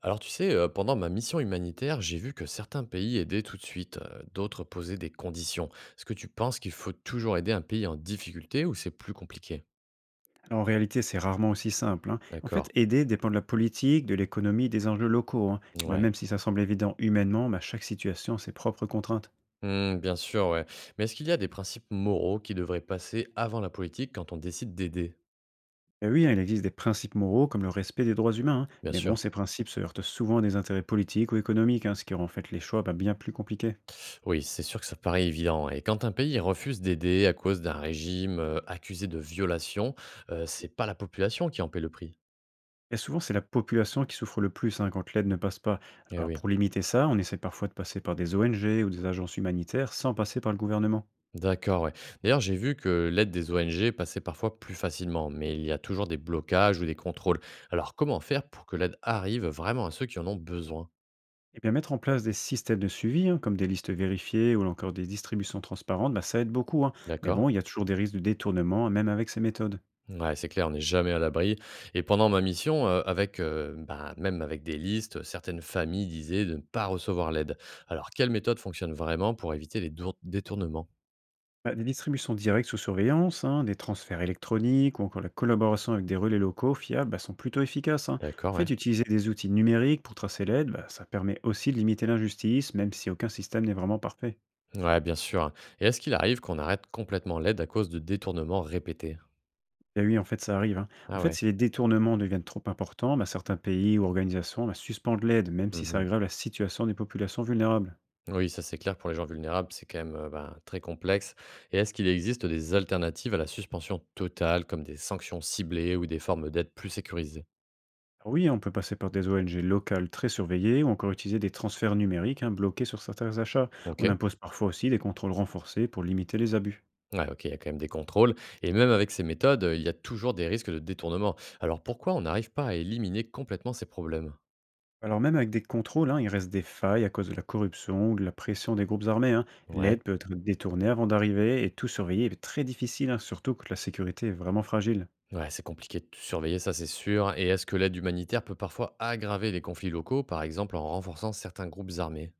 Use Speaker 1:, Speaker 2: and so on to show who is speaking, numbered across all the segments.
Speaker 1: Alors tu sais, pendant ma mission humanitaire, j'ai vu que certains pays aidaient tout de suite, d'autres posaient des conditions. Est-ce que tu penses qu'il faut toujours aider un pays en difficulté ou c'est plus compliqué?
Speaker 2: En réalité, c'est rarement aussi simple, hein. En fait,
Speaker 1: D'accord.
Speaker 2: aider dépend de la politique, de l'économie, des enjeux locaux, hein. Puis bah,
Speaker 1: Ouais.
Speaker 2: même si ça semble évident humainement, bah, chaque situation a ses propres contraintes.
Speaker 1: Hmm, bien sûr, ouais. Mais est-ce qu'il y a des principes moraux qui devraient passer avant la politique quand on décide d'aider?
Speaker 2: Et oui, hein, il existe des principes moraux comme le respect des droits humains, hein.
Speaker 1: Bien
Speaker 2: Mais bon,
Speaker 1: sûr.
Speaker 2: ces principes se heurtent souvent à des intérêts politiques ou économiques, hein, ce qui rend en fait les choix bah, bien plus compliqués.
Speaker 1: Oui, c'est sûr que ça paraît évident, ouais. Et quand un pays refuse d'aider à cause d'un régime accusé de violation, c'est pas la population qui en paie le prix.
Speaker 2: Et souvent, c'est la population qui souffre le plus hein, quand l'aide ne passe pas.
Speaker 1: Eh
Speaker 2: Alors,
Speaker 1: oui.
Speaker 2: pour limiter ça, on essaie parfois de passer par des ONG ou des agences humanitaires sans passer par le gouvernement.
Speaker 1: D'accord, ouais. D'ailleurs, j'ai vu que l'aide des ONG passait parfois plus facilement, mais il y a toujours des blocages ou des contrôles. Alors, comment faire pour que l'aide arrive vraiment à ceux qui en ont besoin?
Speaker 2: Eh bien, mettre en place des systèmes de suivi, hein, comme des listes vérifiées ou encore des distributions transparentes, bah, ça aide beaucoup, hein. Mais
Speaker 1: D'accord.
Speaker 2: bon, il y a toujours des risques de détournement, même avec ces méthodes.
Speaker 1: Ouais, c'est clair, on n'est jamais à l'abri. Et pendant ma mission, avec, bah, même avec des listes, certaines familles disaient de ne pas recevoir l'aide. Alors, quelle méthode fonctionne vraiment pour éviter les détournements?
Speaker 2: Bah, des distributions directes sous surveillance, hein, des transferts électroniques ou encore la collaboration avec des relais locaux fiables bah, sont plutôt efficaces, hein. En
Speaker 1: D'accord,
Speaker 2: fait,
Speaker 1: ouais.
Speaker 2: utiliser des outils numériques pour tracer l'aide, bah, ça permet aussi de limiter l'injustice, même si aucun système n'est vraiment parfait.
Speaker 1: Ouais, bien sûr, hein. Et est-ce qu'il arrive qu'on arrête complètement l'aide à cause de détournements répétés?
Speaker 2: Et oui, en fait, ça arrive, hein. En
Speaker 1: Ah
Speaker 2: fait,
Speaker 1: ouais.
Speaker 2: si les détournements deviennent trop importants, bah, certains pays ou organisations bah, suspendent l'aide, même si ça
Speaker 1: Mhm.
Speaker 2: aggrave la situation des populations vulnérables.
Speaker 1: Oui, ça c'est clair, pour les gens vulnérables, c'est quand même, ben, très complexe. Et est-ce qu'il existe des alternatives à la suspension totale, comme des sanctions ciblées ou des formes d'aide plus sécurisées?
Speaker 2: Oui, on peut passer par des ONG locales très surveillées ou encore utiliser des transferts numériques hein, bloqués sur certains achats. On
Speaker 1: OK.
Speaker 2: impose parfois aussi des contrôles renforcés pour limiter les abus.
Speaker 1: Ouais, OK, il y a quand même des contrôles. Et même avec ces méthodes, il y a toujours des risques de détournement. Alors pourquoi on n'arrive pas à éliminer complètement ces problèmes?
Speaker 2: Alors même avec des contrôles, hein, il reste des failles à cause de la corruption ou de la pression des groupes armés, hein.
Speaker 1: Ouais.
Speaker 2: L'aide peut être détournée avant d'arriver et tout surveiller est très difficile, hein, surtout quand la sécurité est vraiment fragile.
Speaker 1: Ouais, c'est compliqué de surveiller, ça c'est sûr. Et est-ce que l'aide humanitaire peut parfois aggraver les conflits locaux, par exemple en renforçant certains groupes armés?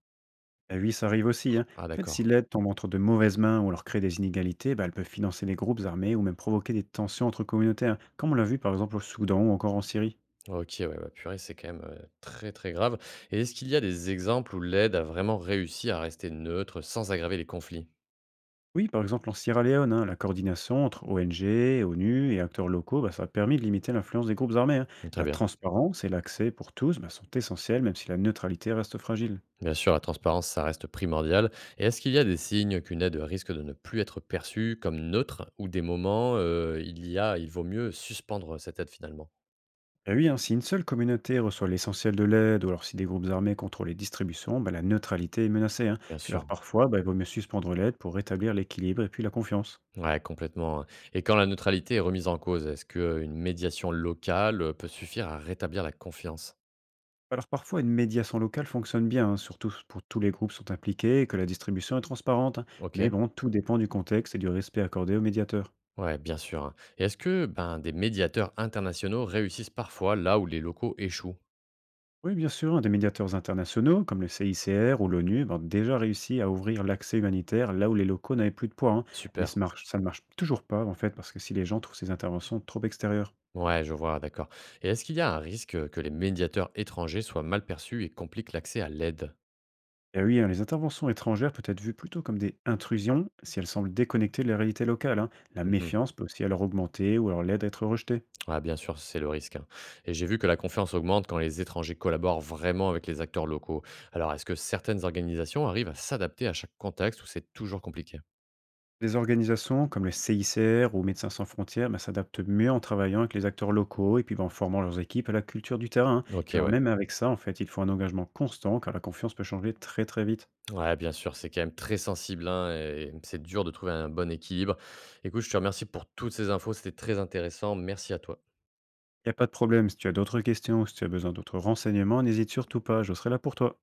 Speaker 2: Et oui, ça arrive aussi, hein.
Speaker 1: Ah
Speaker 2: En fait, si
Speaker 1: d'accord.
Speaker 2: l'aide tombe entre de mauvaises mains ou leur crée des inégalités, bah, elle peut financer les groupes armés ou même provoquer des tensions entre communautés, hein, comme on l'a vu par exemple au Soudan ou encore en Syrie.
Speaker 1: OK, ouais, ouais, purée, c'est quand même, très, très grave. Et est-ce qu'il y a des exemples où l'aide a vraiment réussi à rester neutre sans aggraver les conflits?
Speaker 2: Oui, par exemple, en Sierra Leone, hein, la coordination entre ONG, ONU et acteurs locaux, bah, ça a permis de limiter l'influence des groupes armés, hein.
Speaker 1: Très
Speaker 2: La
Speaker 1: bien.
Speaker 2: transparence et l'accès pour tous bah, sont essentiels, même si la neutralité reste fragile.
Speaker 1: Bien sûr, la transparence, ça reste primordial. Et est-ce qu'il y a des signes qu'une aide risque de ne plus être perçue comme neutre ou des moments, il y a il vaut mieux suspendre cette aide finalement?
Speaker 2: Et oui, hein, si une seule communauté reçoit l'essentiel de l'aide, ou alors si des groupes armés contrôlent les distributions, bah, la neutralité est menacée, hein.
Speaker 1: Bien
Speaker 2: Puis alors
Speaker 1: sûr.
Speaker 2: parfois, bah, il vaut mieux suspendre l'aide pour rétablir l'équilibre et puis la confiance.
Speaker 1: Ouais, complètement hein. Et quand la neutralité est remise en cause, est-ce qu'une médiation locale, peut suffire à rétablir la confiance?
Speaker 2: Alors parfois, une médiation locale fonctionne bien, hein, surtout pour tous les groupes sont impliqués et que la distribution est transparente, hein. Mais
Speaker 1: OK.
Speaker 2: bon, tout dépend du contexte et du respect accordé aux médiateurs.
Speaker 1: Ouais, bien sûr, hein. Et est-ce que ben, des médiateurs internationaux réussissent parfois là où les locaux échouent?
Speaker 2: Oui, bien sûr, hein, des médiateurs internationaux comme le CICR ou l'ONU ben, ont déjà réussi à ouvrir l'accès humanitaire là où les locaux n'avaient plus de poids, hein. Mais
Speaker 1: Super.
Speaker 2: ça marche, ça ne marche toujours pas, en fait, parce que si les gens trouvent ces interventions trop extérieures.
Speaker 1: Ouais, je vois, d'accord. Et est-ce qu'il y a un risque que les médiateurs étrangers soient mal perçus et compliquent l'accès à l'aide?
Speaker 2: Et oui, hein, les interventions étrangères peuvent être vues plutôt comme des intrusions si elles semblent déconnectées de la réalité locale, hein. La
Speaker 1: Mhm.
Speaker 2: méfiance peut aussi alors augmenter ou alors l'aide à être rejetée.
Speaker 1: Ouais, bien sûr, c'est le risque, hein. Et j'ai vu que la confiance augmente quand les étrangers collaborent vraiment avec les acteurs locaux. Alors, est-ce que certaines organisations arrivent à s'adapter à chaque contexte ou c'est toujours compliqué?
Speaker 2: Les organisations comme le CICR ou Médecins sans frontières ben, s'adaptent mieux en travaillant avec les acteurs locaux et puis ben, en formant leurs équipes à la culture du terrain.
Speaker 1: Ok,
Speaker 2: Puis alors
Speaker 1: ouais.
Speaker 2: même avec ça, en fait, il faut un engagement constant car la confiance peut changer très très vite.
Speaker 1: Ouais, bien sûr, c'est quand même très sensible, hein, et c'est dur de trouver un bon équilibre. Écoute, je te remercie pour toutes ces infos, c'était très intéressant. Merci à toi.
Speaker 2: Il n'y a pas de problème, si tu as d'autres questions ou si tu as besoin d'autres renseignements, n'hésite surtout pas, je serai là pour toi.